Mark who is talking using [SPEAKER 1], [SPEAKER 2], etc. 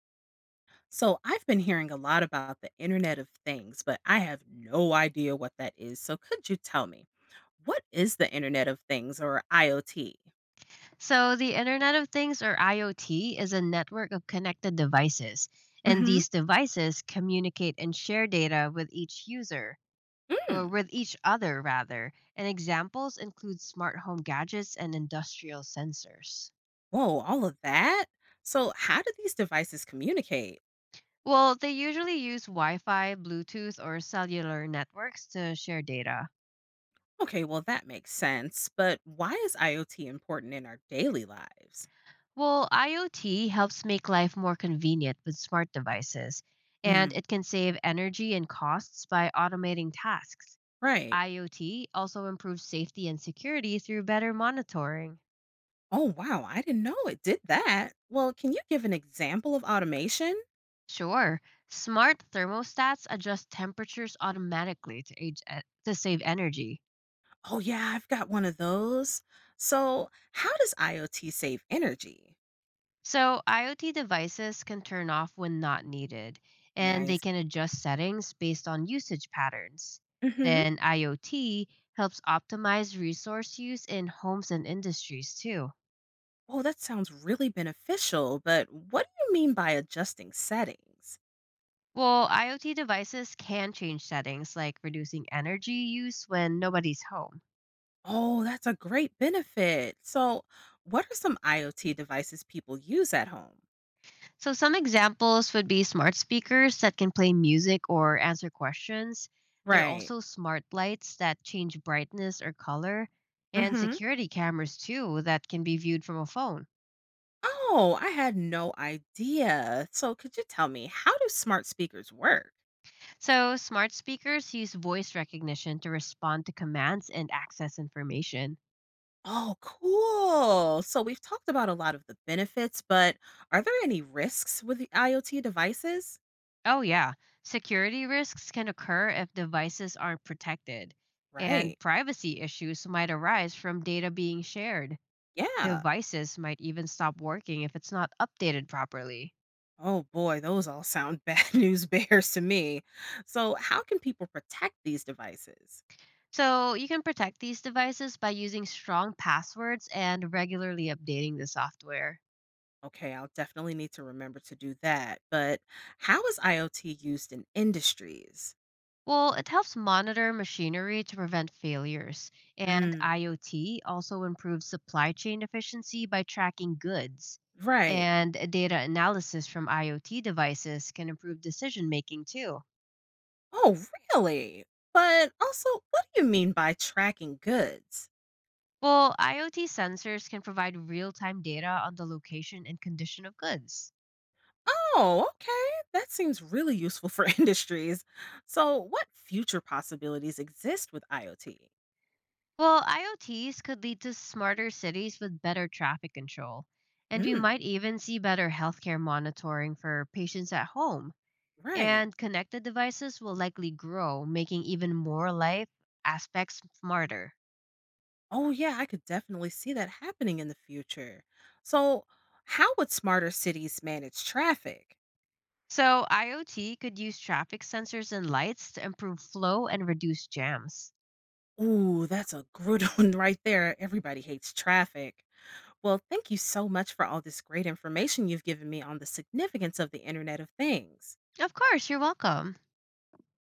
[SPEAKER 1] So I've been hearing a lot about the Internet of Things, but I have no idea what that is. So could you tell me, what is the Internet of Things or IoT?
[SPEAKER 2] So, the Internet of Things or IoT is a network of connected devices, and
[SPEAKER 1] Mm-hmm.
[SPEAKER 2] these devices communicate and share data with each user, or
[SPEAKER 1] Mm.
[SPEAKER 2] with each other, rather. And examples include smart home gadgets and industrial sensors.
[SPEAKER 1] Whoa, all of that? So how do these devices communicate?
[SPEAKER 2] Well, they usually use Wi Fi, Bluetooth, or cellular networks to share data.
[SPEAKER 1] Okay, well that makes sense, but why is IoT important in our daily lives?
[SPEAKER 2] Well, IoT helps make life more convenient with smart devices, and
[SPEAKER 1] Mm,
[SPEAKER 2] it can save energy and costs by automating tasks.
[SPEAKER 1] right.
[SPEAKER 2] IoT also improves safety and security through better monitoring.
[SPEAKER 1] Oh wow, I didn't know it did that. Well, can you give an example of automation?
[SPEAKER 2] Sure, smart thermostats adjust temperatures automatically to save energy.
[SPEAKER 1] Oh, yeah, I've got one of those. So, how does IoT save energy?
[SPEAKER 2] So, IoT devices can turn off when not needed, and they
[SPEAKER 1] Nice.
[SPEAKER 2] can adjust settings based on usage patterns.
[SPEAKER 1] Hmm.
[SPEAKER 2] Then, IoT helps optimize resource use in homes and industries too.
[SPEAKER 1] Oh, that sounds really beneficial, but what do you mean by adjusting settings?
[SPEAKER 2] Well, IoT devices can change settings like reducing energy use when nobody's home.
[SPEAKER 1] Oh, that's a great benefit. So, what are some IoT devices people use at home?
[SPEAKER 2] So, some examples would be smart speakers that can play music or answer questions. There are
[SPEAKER 1] Right.
[SPEAKER 2] also smart lights that change brightness or color, and
[SPEAKER 1] Hmm.
[SPEAKER 2] security cameras too that can be viewed from a phone.
[SPEAKER 1] Oh, I had no idea. So, could you tell me, how do smart speakers work?
[SPEAKER 2] So, smart speakers use voice recognition to respond to commands and access information.
[SPEAKER 1] Oh, cool. So we've talked about a lot of the benefits, but are there any risks with the IoT devices?
[SPEAKER 2] Oh, yeah, security risks can occur if devices aren't protected, and
[SPEAKER 1] Right.
[SPEAKER 2] privacy issues might arise from data being shared.
[SPEAKER 1] Yeah.
[SPEAKER 2] Devices might even stop working if it's not updated properly.
[SPEAKER 1] Oh boy, those all sound bad news bears to me. So, how can people protect these devices?
[SPEAKER 2] So, you can protect these devices by using strong passwords and regularly updating the software.
[SPEAKER 1] Okay, I'll definitely need to remember to do that. But how is IoT used in industries?
[SPEAKER 2] Well, it helps monitor machinery to prevent failures, and
[SPEAKER 1] Mm,
[SPEAKER 2] IoT also improves supply chain efficiency by tracking goods.
[SPEAKER 1] right.
[SPEAKER 2] And data analysis from IoT devices can improve decision making too.
[SPEAKER 1] Oh, really? But also, what do you mean by tracking goods?
[SPEAKER 2] Well, IoT sensors can provide real time data on the location and condition of goods.
[SPEAKER 1] Oh, okay. That seems really useful for industries. So, what future possibilities exist with IoT?
[SPEAKER 2] Well, IoTs could lead to smarter cities with better traffic control, and we might
[SPEAKER 1] Mm,
[SPEAKER 2] even see better healthcare monitoring for patients at home.
[SPEAKER 1] right.
[SPEAKER 2] And connected devices will likely grow, making even more life aspects smarter.
[SPEAKER 1] Oh, yeah, I could definitely see that happening in the future. So, how would smarter cities manage traffic?
[SPEAKER 2] So, IoT could use traffic sensors and lights to improve flow and reduce jams.
[SPEAKER 1] Ooh, that's a good one right there. Everybody hates traffic. Well, thank you so much for all this great information you've given me on the significance of the Internet of Things.
[SPEAKER 2] Of course, you're welcome.